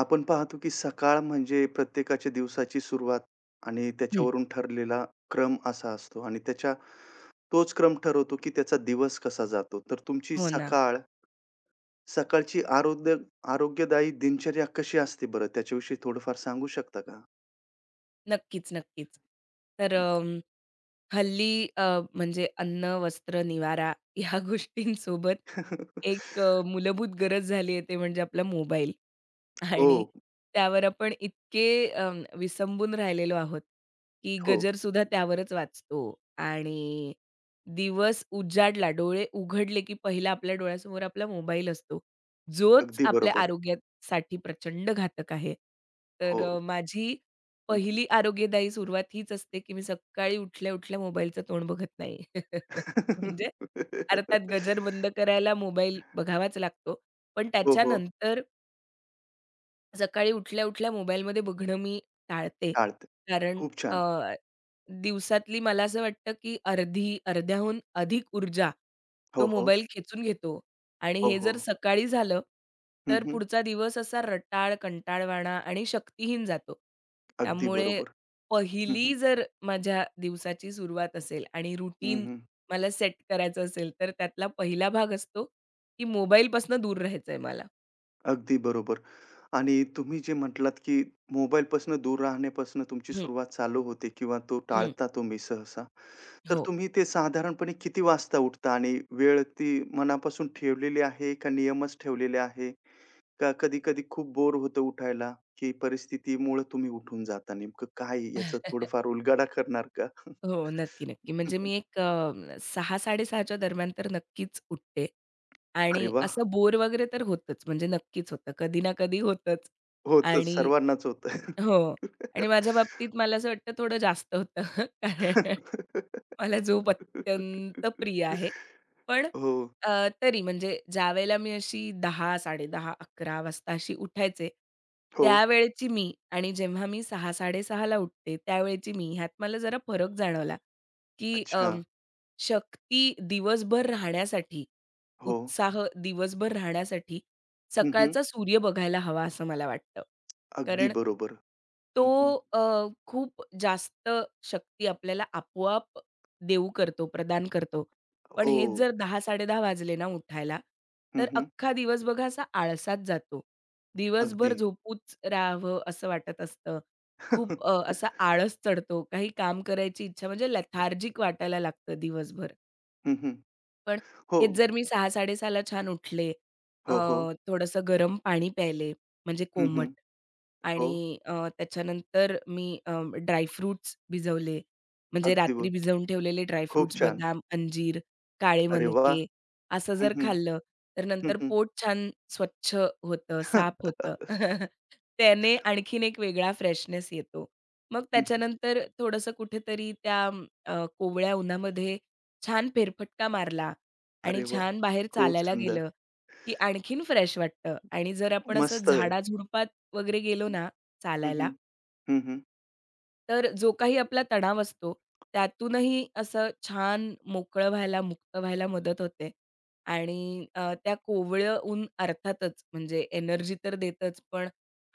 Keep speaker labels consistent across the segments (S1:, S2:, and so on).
S1: आपण पाहतो की सकाळ म्हणजे प्रत्येकाच्या दिवसाची सुरुवात आणि
S2: हं.
S1: त्याच्यावरून ठरलेला क्रम असा असतो आणि तोच क्रम ठरवतो की त्याचा दिवस कसा जातो. तर तुमची
S2: हो ना.
S1: सकाळ सकाळची आरोग्यदायी दिनचर्या कशी असते बरं? त्याच्याविषयी थोडंफार सांगू शकता का?
S2: नक्कीच, नक्कीच. तर हल्ली म्हणजे अन्न, वस्त्र, निवारा ह्या गोष्टींसोबत एक मूलभूत गरज झाली आहे, ते म्हणजे आपला मोबाईल.
S1: हो,
S2: आणि त्यावर आपण इतके अ, विसंबून राहिलेलो आहोत, की
S1: हो.
S2: गजरसुद्धा त्यावरच वाचतो. आणि दिवस उजाडला, डोळे उघडले, की पहिला आपल्या डोळ्यासमोर आपला मोबाईल असतो, जोच
S1: अगदी
S2: आपल्या
S1: बरोबर.
S2: आरोग्यासाठी प्रचंड घातक आहे.
S1: हो.
S2: तर माझी पहिली आरोग्यदायी सुरुवात हीच असते, की मी सकाळी उठल्या-उठल्या मोबाईलचं तोंड बघत नाही. म्हणजे अर्थात गजर बंद करायला मोबाईल बघावाच लागतो. पण
S1: हो, हो.
S2: त्याच्यानंतर सकाळी उठल्या-उठल्या मोबाईलमध्ये बघणं मी टाळते.
S1: टाळते.
S2: कारण
S1: खूप छान.
S2: अ, दिवसातली मला असं वाटतं, की अर्ध्याहून अधिक ऊर्जा
S1: हो,
S2: तो
S1: हो.
S2: मोबाईल खेचून घेतो आणि
S1: हो,
S2: हे
S1: हो.
S2: जर सकाळी झालं,
S1: हं,
S2: तर
S1: हं.
S2: पुढचा दिवस असा रटाळ, कंटाळवाणा आणि शक्तीहीन जातो.
S1: अगदी
S2: त्यामुळे
S1: बरोबर. हं, हं.
S2: पहिली जर माझ्या दिवसाची सुरुवात असेल आणि रुटीन
S1: हं,
S2: मला सेट करायचं असेल, तर त्यातला पहिला भाग असतो, की मोबाईलपासून दूर राहायचंय मला.
S1: अगदी बरोबर. आणि तुम्ही जे म्हटलात, की मोबाईलपासनं दूर राहण्यापासून तुमची
S2: हं,
S1: सुरुवात चालू होते किंवा तो
S2: हं.
S1: टाळता तुम्ही सहसा. तर
S2: हो.
S1: तुम्ही ते साधारणपणे किती वाजता उठता आणि वेळ ती मनापासून ठेवलेली आहे का नियमच ठेवलेले आहे? का कधी-कधी खूप बोर होतं उठायला, की परिस्थितीमुळं तुम्ही उठून जाता? नेमकं काय याचा थोडंफार उलगडा करणार का?
S2: हो, नक्की, नक्की. म्हणजे मी एक 6-6:30च्या दरम्यान तर नक्कीच उठते.
S1: अरे
S2: आणि
S1: वाह!
S2: असं बोर वगैरे तर होतंच, म्हणजे नक्कीच होतं. कधी ना कधी होतंच.
S1: होतं
S2: आणि
S1: सर्वांनाच होतं.
S2: हो, आणि माझ्या बाबतीत मला असं वाटतं थोडं जास्त होतं कारण मला झोप अत्यंत प्रिय आहे. पण
S1: हो,
S2: तरी म्हणजे ज्यावेळेला मी अशी 10, 10:30, 11 वाजता अशी उठायचे,
S1: हो.
S2: त्यावेळची मी आणि जेव्हा मी 6, 6:30 ला उठते, त्यावेळची मी ह्यात मला जरा फरक जाणवला, की
S1: अच्छा.
S2: शक्ती दिवसभर राहण्यासाठी,
S1: हो.
S2: उत्साह दिवसभर राहण्यासाठी
S1: हं, हं.
S2: सकाळचा सूर्य बघायला हवा असं मला वाटतं.
S1: अगदी
S2: कारण
S1: बरोबर.
S2: तो
S1: हं, हं.
S2: अ, खूप जास्त शक्ती आपल्याला आपोआप देऊ करतो, प्रदान करतो. पण
S1: हो.
S2: हेच जर 10:00-10:30 वाजले ना उठायला,
S1: हं,
S2: तर
S1: हं.
S2: अख्खा दिवस बघा असा आळसात जातो.
S1: अगदी.
S2: दिवसभर झोपूच राहावं असं वाटत असतं. खूप असा आळस चढतो. काही काम करायची इच्छा म्हणजे लथार्जिक वाटायला लागतं दिवसभर.
S1: हं, हं.
S2: पण
S1: हो.
S2: हेच जर मी 6:00-6:30 ला छान उठले, अ,
S1: हो, हो.
S2: थोडंसं गरम पाणी प्यायले, म्हणजे
S1: हं, हं.
S2: कोमट,
S1: हो.
S2: आणि त्याच्यानंतर मी ड्राय फ्रुट्स भिजवले, म्हणजे
S1: अगदी ब
S2: रात्री भिजवून ठेवलेले ड्राय
S1: खूप छान.
S2: बदाम, अंजीर, काळे
S1: अरे वाह!
S2: मनुके असं
S1: हं,
S2: जर
S1: हं.
S2: खाल्लं, तर
S1: हं, हं.
S2: नंतर
S1: हं,
S2: पोट छान स्वच्छ होतं, साफ होतं. त्याने आणखीन एक वेगळा फ्रेशनेस येतो. मग त्याच्यानंतर थोडंसं कुठेतरी त्या कोवळ्या उन्हामध्ये छान फेरफटका मारला. आणि
S1: अरे वाह!
S2: छान बाहेर
S1: खूप
S2: चालायला
S1: सुंदर.
S2: गेलं, की आणखीन फ्रेश वाटतं. आणि जर आपण असं
S1: मस्त आहे.
S2: झाडा-झुडपात वगैरे गेलो ना
S1: हं,
S2: चालायला,
S1: हं. हं, हं.
S2: तर जो काही आपला तणाव असतो, त्यातूनही असं छान मोकळं व्हायला, मुक्त व्हायला मदत होते. आणि त्या कोवळं ऊन अर्थातच म्हणजे एनर्जी तर देतच, पण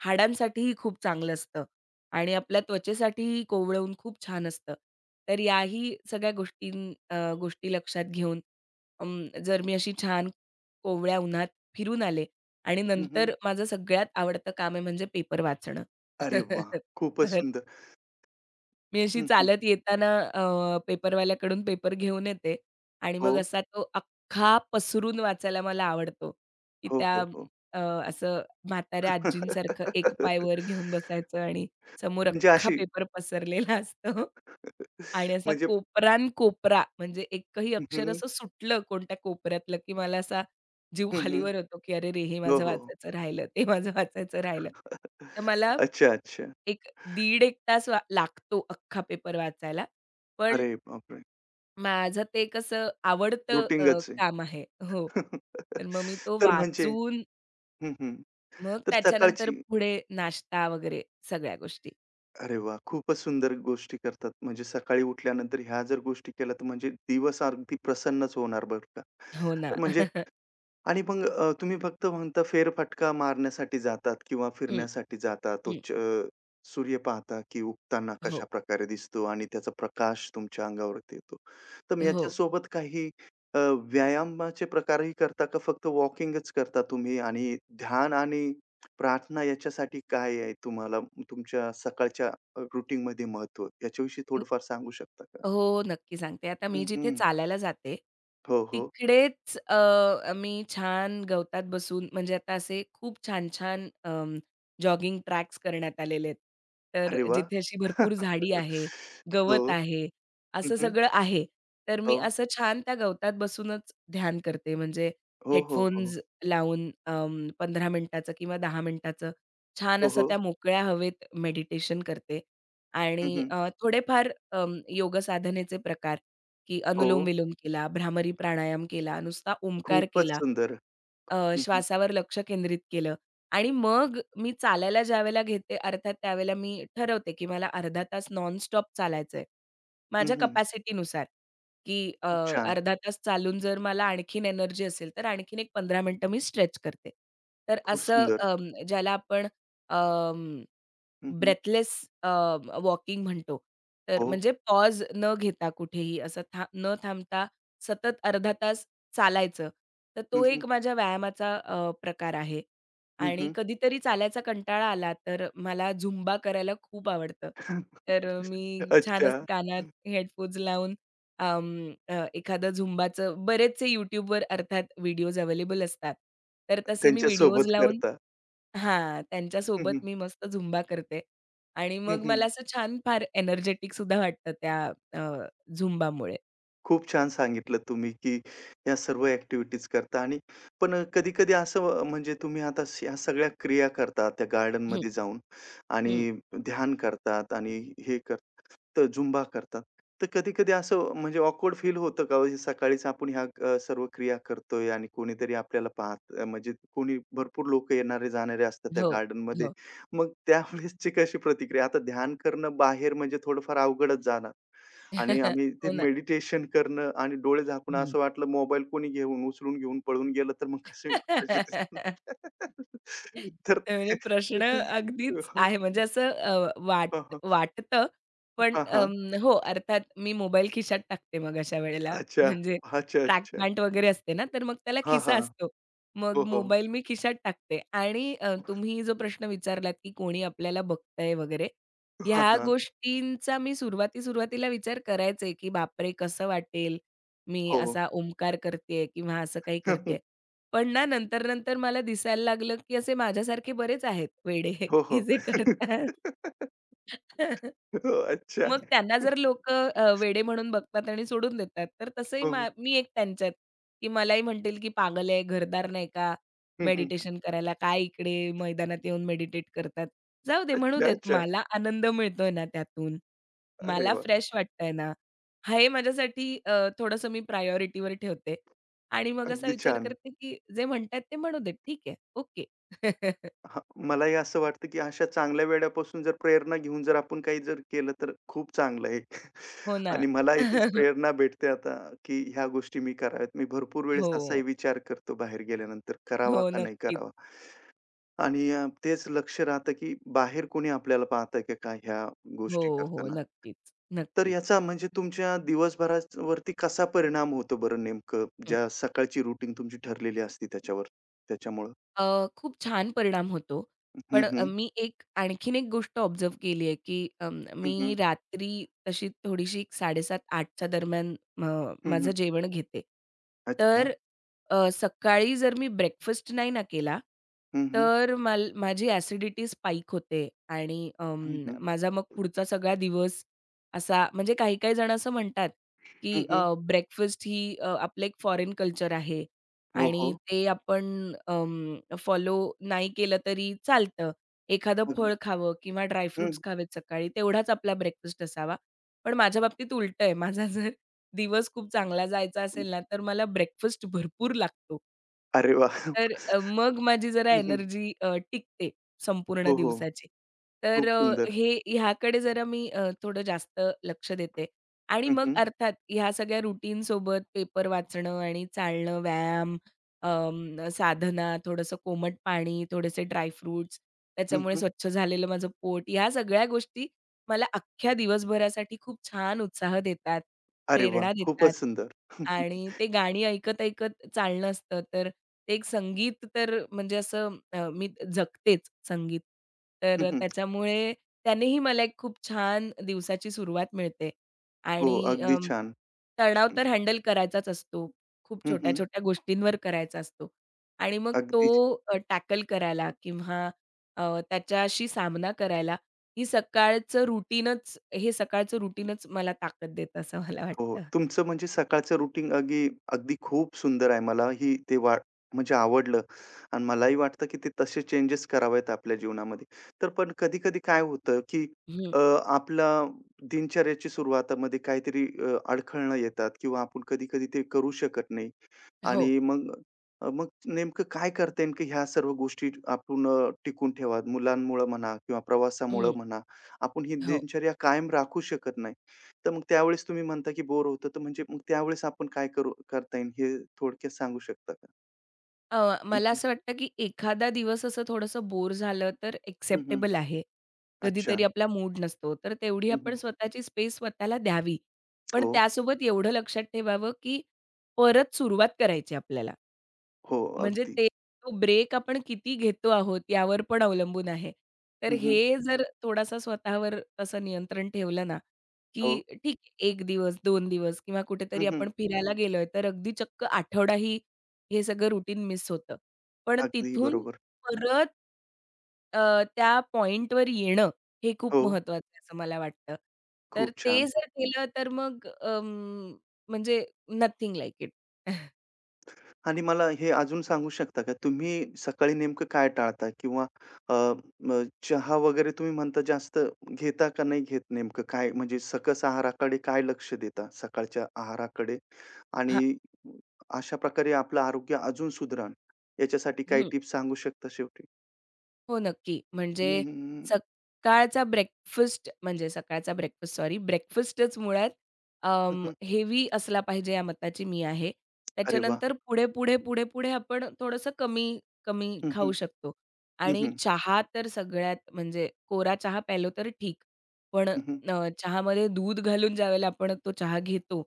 S2: हाडांसाठीही खूप चांगलं असतं आणि आपल्या त्वचेसाठीही कोवळं ऊन खूप छान असतं. तर याही सगळ्या गोष्टी लक्षात घेऊन जर मी अशी छान कोवळ्या उन्हात फिरून आले आणि
S1: हं, हं.
S2: नंतर माझं सगळ्यात आवडतं काम आहे म्हणजे पेपर वाचणं.
S1: अरे वाह! खूपच
S2: तर
S1: सुंदर.
S2: मी अशी
S1: हं, हं.
S2: चालत येताना पेपरवाल्याकडून पेपर घेऊन येते आणि
S1: हो.
S2: मग असा तो अख्खा पसरून वाचायला मला आवडतो, की
S1: हो,
S2: त्या
S1: हो, हो.
S2: असं म्हाताऱ्या आजींसारखं एक पाय वर घेऊन बसायचं आणि समोर
S1: म्हणजे
S2: अख्खा
S1: अशी
S2: पेपर पसरलेला असतो आणि असा
S1: म्हणजे
S2: कोपरान-कोपरा, म्हणजे एकही
S1: हं,
S2: अक्षर
S1: हं.
S2: असं सुटलं कोणत्या कोपऱ्यातलं, की मला असा जीव
S1: हं,
S2: खालीवर होतो, की "अरे रे! हे
S1: हो,
S2: माझं
S1: हो.
S2: वाचायचं राहिलं, ते माझं वाचायचं राहिलं." तर मला
S1: अच्छा, अच्छा.
S2: एक दीड 1 तास लागतो अख्खा पेपर वाचायला. पण
S1: अरे बापरे!
S2: माझं ते कसं आवडतं
S1: रुटीनच आहे.
S2: काम आहे. हो. तर मग मी तो
S1: तर म्हणजे
S2: वाचून,
S1: हं, हं.
S2: मग
S1: तर
S2: त्याच्यानंतर
S1: सकाळची
S2: पुढे नाश्ता वगैरे सगळ्या गोष्टी.
S1: अरे वाह! खूपच सुंदर गोष्टी करतात. म्हणजे सकाळी उठल्यानंतर ह्या जर गोष्टी केल्या, तर म्हणजे दिवस अगदी प्रसन्नच होणार बरं का.
S2: हो
S1: तर
S2: ना.
S1: म्हणजे आणि मग तुम्ही फक्त म्हणता फेरफटका मारण्यासाठी जातात किंवा
S2: हं,
S1: फिरण्यासाठी जाता.
S2: हं.
S1: सूर्य पाहता, की उगताना
S2: हो,
S1: कशाप्रकारे दिसतो आणि त्याचा प्रकाश तुमच्या अंगावरती येतो. तर मग
S2: हो.
S1: याच्यासोबत काही अ, व्यायामाचे प्रकारही करता का फक्त वॉकिंगच करता तुम्ही? आणि ध्यान आणि प्रार्थना याच्यासाठी काय आहे तुम्हाला तुमच्या सकाळच्या रूटीनमध्ये महत्त्व? याच्याविषयी थोडंफार सांगू शकता का?
S2: हो, नक्की सांगते. आता मी
S1: हं,
S2: जिथे
S1: हं.
S2: चालायला जाते,
S1: हो, हो.
S2: तिकडेच मी छान गवतात बसून, म्हणजे आता असे खूप छान-छान जॉगिंग ट्रॅक्स करण्यात आलेले आहेत. तर
S1: अरे वाह!
S2: जिथे अशी भरपूर झाडी आहे,
S1: हो.
S2: गवत आहे, असं
S1: हं,
S2: सगळं आहे. तर
S1: हो.
S2: मी असं छान त्या गवतात बसूनच ध्यान करते. म्हणजे
S1: हो, हो, हो.
S2: हेडफोन्स लावून 15 मिनिटाचं किंवा 10 मिनिटाचं छान
S1: हो,
S2: असं
S1: हो.
S2: त्या मोकळ्या हवेत मेडिटेशन करते. आणि
S1: हं, हं.
S2: थोडेफार योग साधनेचे प्रकार, की
S1: हो.
S2: अनुलोम-विलोम केला, भ्रामरी प्राणायाम केला, नुसता ओंकार
S1: खूपच
S2: केला,
S1: सुंदर. हं, हं.
S2: श्वासावर लक्ष केंद्रित केलं. आणि मग मी चालायला ज्यावेळेला घेते अर्थात त्यावेळेला मी ठरवते, की मला अर्धा तास नॉनस्टॉप चालायचंय.
S1: हं,
S2: माझ्या
S1: हं.
S2: कपॅसिटीनुसार, की
S1: खूप छान.
S2: अर्धा तास चालून जर मला आणखीन एनर्जी असेल, तर आणखीन एक 15 मिनिटं मी स्ट्रेच करते. तर
S1: खूप
S2: असं
S1: सुंदर.
S2: ज्याला आपण
S1: हं, हं.
S2: ब्रेथलेस वॉकिंग म्हणतो. तर
S1: हो.
S2: म्हणजे पॉज न घेता कुठेही असं न थांबता सतत अर्धा तास चालायचं. तर
S1: हं,
S2: तो
S1: हं.
S2: एक माझ्या व्यायामाचा प्रकार आहे.
S1: हं,
S2: आणि
S1: हं.
S2: कधीतरी चालायचा कंटाळा आला तर मला झुंबा करायला खूप आवडतं. तर मी छान असे
S1: अच्छा.
S2: कानात हेडफोन्स लावून एखादं झुंबाचं, बरेचसे YouTubeवर अर्थात व्हिडिओज अवेलेबल असतात. तर तसे मी व्हिडिओज
S1: त्यांच्यासोबत
S2: लावून,
S1: करता.
S2: हां,
S1: हं,
S2: त्यांच्यासोबत
S1: हं.
S2: मी मस्त झुंबा करते आणि
S1: हं,
S2: मग मला असं छान फार एनर्जेटिक सुद्धा वाटतं त्या अ, झुंबामुळे.
S1: खूप छान सांगितलं तुम्ही, की या सर्व ॲक्टिव्हिटीज करता आणि पण कधी-कधी असं म्हणजे तुम्ही आता ह्या सगळ्या क्रिया करता त्या
S2: हं,
S1: गार्डनमध्ये जाऊन
S2: हं.
S1: आणि ध्यान करतात आणि हे करतात. तर झुंबा करतात. तर कधी-कधी असं म्हणजे ऑकवर्ड फील होतं का हो? सकाळीच आपण ह्या सर्व क्रिया करतोय आणि कोणीतरी आपल्याला पाहत म्हणजे कोणी भरपूर लोकं येणारे-जाणारे असतात त्या
S2: हो,
S1: गार्डनमध्ये.
S2: हो.
S1: मग त्यावेळेसची कशी प्रतिक्रिया? आता ध्यान करणं बाहेर म्हणजे थोडंफार अवघडच जाणार आणि आम्ही ते
S2: हो ना.
S1: मेडिटेशन करणं आणि डोळे झाकून
S2: हं.
S1: असं वाटलं मोबाईल कोणी घेऊन, उचलून घेऊन पळून गेलं तर मग कसे कशी ते- तर
S2: म्हणजे प्रश्न
S1: हं,
S2: अगदीच
S1: हं.
S2: आहे. म्हणजे असं वाट
S1: हां, हां.
S2: वाटतं, पण
S1: हां,
S2: हो, अर्थात मी मोबाईल खिशात टाकते मग अशा वेळेला.
S1: अच्छा.
S2: म्हणजे
S1: अच्छा,
S2: ट्रॅक
S1: अच्छा.
S2: पॅन्ट वगैरे असते ना, तर मग त्याला
S1: हां,
S2: खिसा
S1: हां.
S2: असतो. मग
S1: हो, हो.
S2: मोबाईल मी खिशात टाकते. आणि तुम्ही जो प्रश्न विचारलात, की कोणी आपल्याला बघतंय वगैरे,
S1: हां,
S2: ह्या
S1: हां.
S2: गोष्टींचा मी सुरुवाती-सुरुवातीला विचार करायचे, की "बापरे! कसं वाटेल? मी
S1: हो.
S2: असा ओंकार करतेय किंवा असं काही करतेय." पण ना, नंतर-नंतर मला दिसायला लागलं, की असे माझ्यासारखे बरेच आहेत वेडे,
S1: हो,
S2: की
S1: हो.
S2: जे करतात.
S1: हो, अच्छा.
S2: मग त्यांना जर लोक वेडे म्हणून बघतात आणि सोडून देतात, तर तसंही
S1: हो.
S2: मी एक त्यांच्यात, की मलाही म्हणतील, की "पागल आहे, घरदार नाही का?
S1: हं, हं.
S2: मेडिटेशन करायला काय इकडे मैदानात येऊन मेडिटेट करतात?" जाऊ दे, म्हणू
S1: अच्छा,
S2: देत.
S1: अच्छा.
S2: मला आनंद मिळतोय ना त्यातून.
S1: अरे
S2: मला
S1: वाह!
S2: फ्रेश वाटतंय ना, हे माझ्यासाठी थोडंसं मी प्रायोरिटीवर ठेवते आणि मग असा
S1: अगदी
S2: विचार
S1: छान.
S2: करते, की जे म्हणतायत ते म्हणू देत. ठीक आहे. ओके.
S1: हां, मलाही असं वाटतं, की अशा चांगल्या वेड्यापासून जर प्रेरणा घेऊन जर आपण काही जर केलं तर खूप चांगलं आहे.
S2: हो ना.
S1: आणि मलाही तीच प्रेरणा भेटते आता, की ह्या गोष्टी मी कराव्यात. मी भरपूर वेळेस
S2: हो.
S1: असाही विचार करतो बाहेर गेल्यानंतर,
S2: हो,
S1: करावा का नाही
S2: नक्कीच.
S1: करावा? आणि तेच लक्ष राहतं, की बाहेर कोणी आपल्याला पाहतंय का काय ह्या
S2: हो,
S1: गोष्टी
S2: हो.
S1: करताना?
S2: नक्कीच,
S1: तर
S2: नक्कीच.
S1: याचा म्हणजे तुमच्या दिवसभरावरती कसा परिणाम होतो बरं नेमकं?
S2: हं.
S1: ज्या सकाळची रुटीन तुमची ठरलेली असते त्याच्यावर त्याच्यामुळं?
S2: खूप छान परिणाम होतो.
S1: हं,
S2: पण
S1: हं.
S2: मी एक आणखीन एक गोष्ट ऑब्झर्व्ह केली आहे, की
S1: हं, हं.
S2: मी रात्री तशी थोडीशी 7:30-8च्या दरम्यान म
S1: हं,
S2: माझं
S1: हं.
S2: जेवण घेते.
S1: अच्छा.
S2: तर सकाळी जर मी ब्रेकफास्ट नाही ना केला,
S1: हं, हं.
S2: तर माझी ॲसिडिटी स्पाइक होते आणि
S1: हं, हं.
S2: माझा मग पुढचा सगळा दिवस असा, म्हणजे काही-काही जण असं म्हणतात,
S1: हं,
S2: की
S1: हं.
S2: ब्रेकफास्ट ही आपलं एक फॉरेन कल्चर आहे
S1: हो,
S2: आणि
S1: हो.
S2: ते आपण फॉलो नाही केलं तरी चालतं. एखादं
S1: अगदी.
S2: फळ खावं किंवा ड्राय
S1: हं.
S2: फ्रुट्स खावेत सकाळी, तेवढाच आपला ब्रेकफास्ट असावा. पण माझ्या बाबतीत उलटं आहे. माझा जर दिवस खूप चांगला जायचा असेल ना, तर मला ब्रेकफास्ट भरपूर लागतो.
S1: अरे वाह!
S2: तर मग माझी जरा
S1: हं, हं.
S2: एनर्जी टिकते संपूर्ण
S1: हो, हो.
S2: दिवसाची.
S1: खूप
S2: तर
S1: सुंदर.
S2: हे ह्याकडे जरा मी थोडं जास्त लक्ष देते. आणि
S1: हं,
S2: मग
S1: हं.
S2: अर्थात ह्या सगळ्या रुटीन सोबत पेपर वाचणं आणि चालणं, व्यायाम, साधना, थोडंसं कोमट पाणी, थोडेसे ड्राय,
S1: हं,
S2: त्याच्यामुळे
S1: हं.
S2: स्वच्छ झालेलं माझं पोट, ह्या सगळ्या गोष्टी मला अख्ख्या दिवसभरासाठी खूप छान उत्साह देतात,
S1: अरे वाह!
S2: प्रेरणा
S1: खूपच
S2: देतात.
S1: सुंदर. हं, हं.
S2: आणि ते गाणी ऐकत-ऐकत चालणं असतं. तर ते एक संगीत तर म्हणजे असं मी जगतेच संगीत.
S1: हं,
S2: तर
S1: हं.
S2: त्याच्यामुळे त्यानेही मला एक खूप छान दिवसाची सुरुवात मिळते.
S1: हो,
S2: आणि
S1: अगदी छान.
S2: तणाव
S1: हं,
S2: तर
S1: हं.
S2: हँडल करायचाच असतो. खूप
S1: हं,
S2: छोट्या-छोट्या गोष्टींवर करायचा असतो. आणि मग तो
S1: अगदी
S2: टॅकल करायला किंवा अ, त्याच्याशी सामना करायला ही सकाळचं रुटीनच हे सकाळचं रुटीनच मला ताकद देतं असं मला
S1: हो.
S2: वाटतं.
S1: तुमचं म्हणजे सकाळचं रुटीन अगदी अगदी खूप सुंदर आहे. मलाही ते वा म्हणजे आवडलं आणि मलाही वाटतं, की ते तसे चेंजेस करावेत आपल्या जीवनामध्ये. तर पण कधी-कधी काय होतं, की
S2: हं.
S1: अ, आपला दिनचर्याची सुरुवातामध्ये काहीतरी अडखळणं येतात किंवा आपण कधी-कधी ते करू शकत नाही.
S2: हो.
S1: आणि मग मग नेमकं काय करता येईल, की ह्या सर्व गोष्टी आपण टिकून ठेवा. मुलांमुळं म्हणा किंवा प्रवासामुळं
S2: हं.
S1: म्हणा, आपण ही
S2: हो.
S1: दिनचर्या कायम राखू शकत नाही. तर मग त्यावेळेस तुम्ही म्हणता, की बोर होतं, तर म्हणजे मग त्यावेळेस आपण काय करू करता येईल हे थोडक्यात सांगू शकता का? हं,
S2: मला
S1: हं.
S2: असं वाटतं, की एखादा दिवस असं थोडंसं बोर झालं तर
S1: हं, हं.
S2: एक्सेप्टेबल आहे.
S1: अच्छा.
S2: कधीतरी आपला मूड नसतो, तर तेवढी
S1: हं, हं.
S2: आपण स्वतःची स्पेस स्वतःला द्यावी. पण
S1: हो,
S2: त्यासोबत एवढं लक्षात ठेवावं, की परत सुरुवात करायची आपल्याला.
S1: हो.
S2: म्हणजे
S1: अगदी.
S2: ते तो ब्रेक आपण किती घेतो आहोत यावर पण अवलंबून आहे. तर
S1: हं, हं.
S2: हे जर थोडासा स्वतःवर तसं नियंत्रण ठेवलं ना,
S1: हो.
S2: की ठीक आहे 1 दिवस, दोन दिवस किंवा
S1: हं,
S2: कुठेतरी
S1: हं.
S2: आपण फिरायला गेलोय, तर अगदी चक्क आठवडाही हे सगळं रुटीन मिस होतं. पण
S1: अगदी
S2: तिथून
S1: बरोबर.
S2: परत त्या पॉइंटवर येणं हे खूप
S1: हो.
S2: महत्वाचं आहे असं मला वाटतं. तर
S1: खूप
S2: ते
S1: छान.
S2: जर केलं तर मग म्हणजे नथिंग लाइक इट.
S1: आणि मला हे अजून सांगू शकता का, तुम्ही सकाळी नेमकं काय टाळता? किंवा अ, म चहा वगैरे तुम्ही म्हणता जास्त घेता का नाही घेत नेमकं काय? म्हणजे सकस आहाराकडे काय लक्ष देता सकाळच्या आहाराकडे? आणि अशा प्रकारे आपलं आरोग्य अजून याच्यासाठी काही
S2: हां.
S1: टिप्स सांगू शकता शेवटी?
S2: हो, नक्की. म्हणजे
S1: हं, हं, हं.
S2: सकाळचा ब्रेकफास्ट म्हणजे सकाळचा ब्रेकफास्ट सॉरी ब्रेकफास्टच मुळात हेवी असला पाहिजे या मताची मी आहे.
S1: अरे वाह!
S2: त्याच्यानंतर पुढे, पुढे, पुढे, पुढे आपण थोडंसं कमी, कमी
S1: हं, हं.
S2: खाऊ शकतो.
S1: हं,
S2: आणि
S1: हं.
S2: चहा तर सगळ्यात म्हणजे कोरा चहा प्यायलो तर ठीक. पण
S1: हं, हं.
S2: अ, चहामध्ये दूध घालून ज्यावेळेला आपण तो चहा घेतो,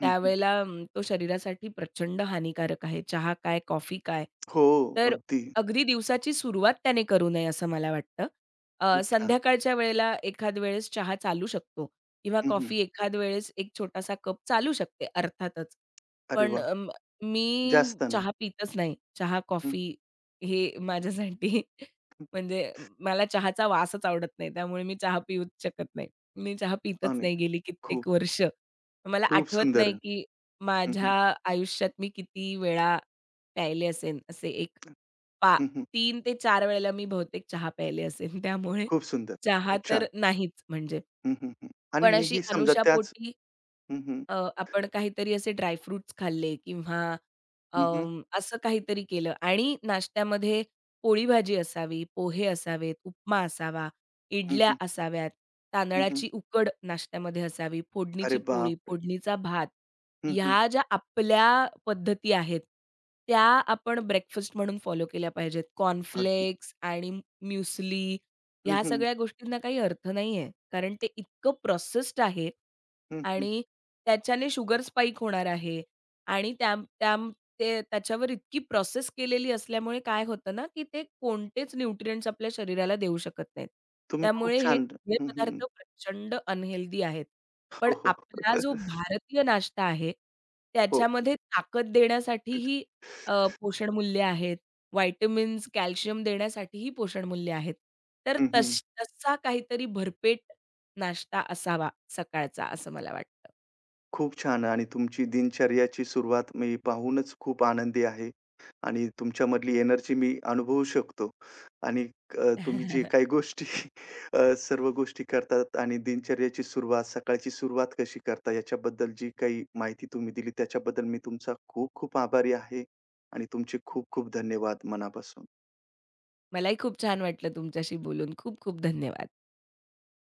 S2: त्यावेळेला तो शरीरासाठी प्रचंड हानिकारक आहे. चहा काय, कॉफी काय.
S1: हो,
S2: तर
S1: अगदी.
S2: अगदी दिवसाची सुरुवात त्याने करू नये असं मला वाटतं.
S1: खूप छान.
S2: संध्याकाळच्या वेळेला एखाद वेळेस चहा चालू शकतो किंवा
S1: हं, हं.
S2: कॉफी एखाद वेळेस एक छोटासा कप चालू शकते अर्थातच.
S1: अरे
S2: पण
S1: वाह!
S2: मी
S1: जास्त अन्न.
S2: चहा पितच नाही. चहा,
S1: हं.
S2: कॉफी हे माझ्यासाठी म्हणजे मला चहाचा वासच आवडत नाही. त्यामुळे मी चहा पिऊच शकत नाही. मी चहा पितच
S1: आणि
S2: नाही गेली
S1: खूप,
S2: कित्येक वर्ष. मला
S1: खूप
S2: आठवत
S1: सुंदर.
S2: नाही की
S1: हं,
S2: माझ्या आयुष्यात मी किती वेळा प्यायले असेन, असे एक पा
S1: हं, हं.
S2: तीन ते 4 वेळेला मी बहुतेक चहा प्यायले असेन, त्यामुळे
S1: खूप सुंदर.
S2: चहा
S1: खूप
S2: तर
S1: छान.
S2: नाहीच म्हणजे.
S1: हं, हं, हं. आणि
S2: पण अशी
S1: मीही समजा त्याच
S2: अनुषापोटी
S1: हं, हं.
S2: आपण काहीतरी असे ड्राय फ्रुट्स खाल्ले किंवा
S1: हं, हं.
S2: असं काहीतरी केलं आणि नाश्त्यामध्ये पोळी भाजी असावी, पोहे असावेत, उपमा असावा,
S1: हं,
S2: इडल्या
S1: हं.
S2: असाव्यात,
S1: हं, हं.
S2: तांदळाची उकड नाश्त्यामध्ये असावी,
S1: अरे
S2: फोडणीची पोळी,
S1: बापरे!
S2: फोडणीचा भात,
S1: हं, हं.
S2: ह्या ज्या आपल्या पद्धती आहेत, त्या आपण ब्रेकफास्ट म्हणून फॉलो केल्या पाहिजेत.
S1: अगदी.
S2: कॉर्नफ्लेक्स आणि म्युस्ली
S1: हं,
S2: ह्या
S1: हं.
S2: सगळ्या गोष्टींना काही अर्थ नाहीये. कारण ते इतकं प्रोसेस्ड आहे
S1: हं, हं.
S2: आणि त्याच्याने शुगर स्पाइक होणार आहे आणि त्या त्या ते त्याच्यावर इतकी प्रोसेस केलेली असल्यामुळे काय होतं ना, की ते कोणतेच न्यूट्रिएंट्स आपल्या शरीराला देऊ शकत नाहीत.
S1: तुम्ही खूप
S2: त्यामुळे हे
S1: छान
S2: सगळे
S1: हं, हं.
S2: पदार्थ प्रचंड अनहेल्दी आहेत. पण
S1: हो, हो.
S2: आपला जो भारतीय नाश्ता आहे,
S1: हो.
S2: त्याच्यामध्ये ताकद देण्यासाठीही अ, पोषणमूल्य आहेत. व्हिटॅमिन्स, कॅल्शियम देण्यासाठीही पोषण मूल्य आहेत. तर
S1: हं, हं.
S2: तसा काहीतरी भरपेट नाश्ता असावा सकाळचा असं मला वाटतं.
S1: खूप छान. आणि तुमची दिनचर्याची सुरुवात मी पाहूनच खूप आनंदी आहे आणि तुमच्यामधली एनर्जी मी अनुभवू शकतो. आणि तुम्ही जे काही गोष्टी सर्व गोष्टी करतात आणि दिनचर्याची सुरुवात, सकाळची सुरुवात कशी करता याच्याबद्दल जी काही माहिती तुम्ही दिली त्याच्याबद्दल मी तुमचा खूप खूप आभारी आहे आणि तुमचे खूप खूप धन्यवाद मनापासून.
S2: मलाही खूप छान वाटलं तुमच्याशी बोलून. खूप खूप धन्यवाद.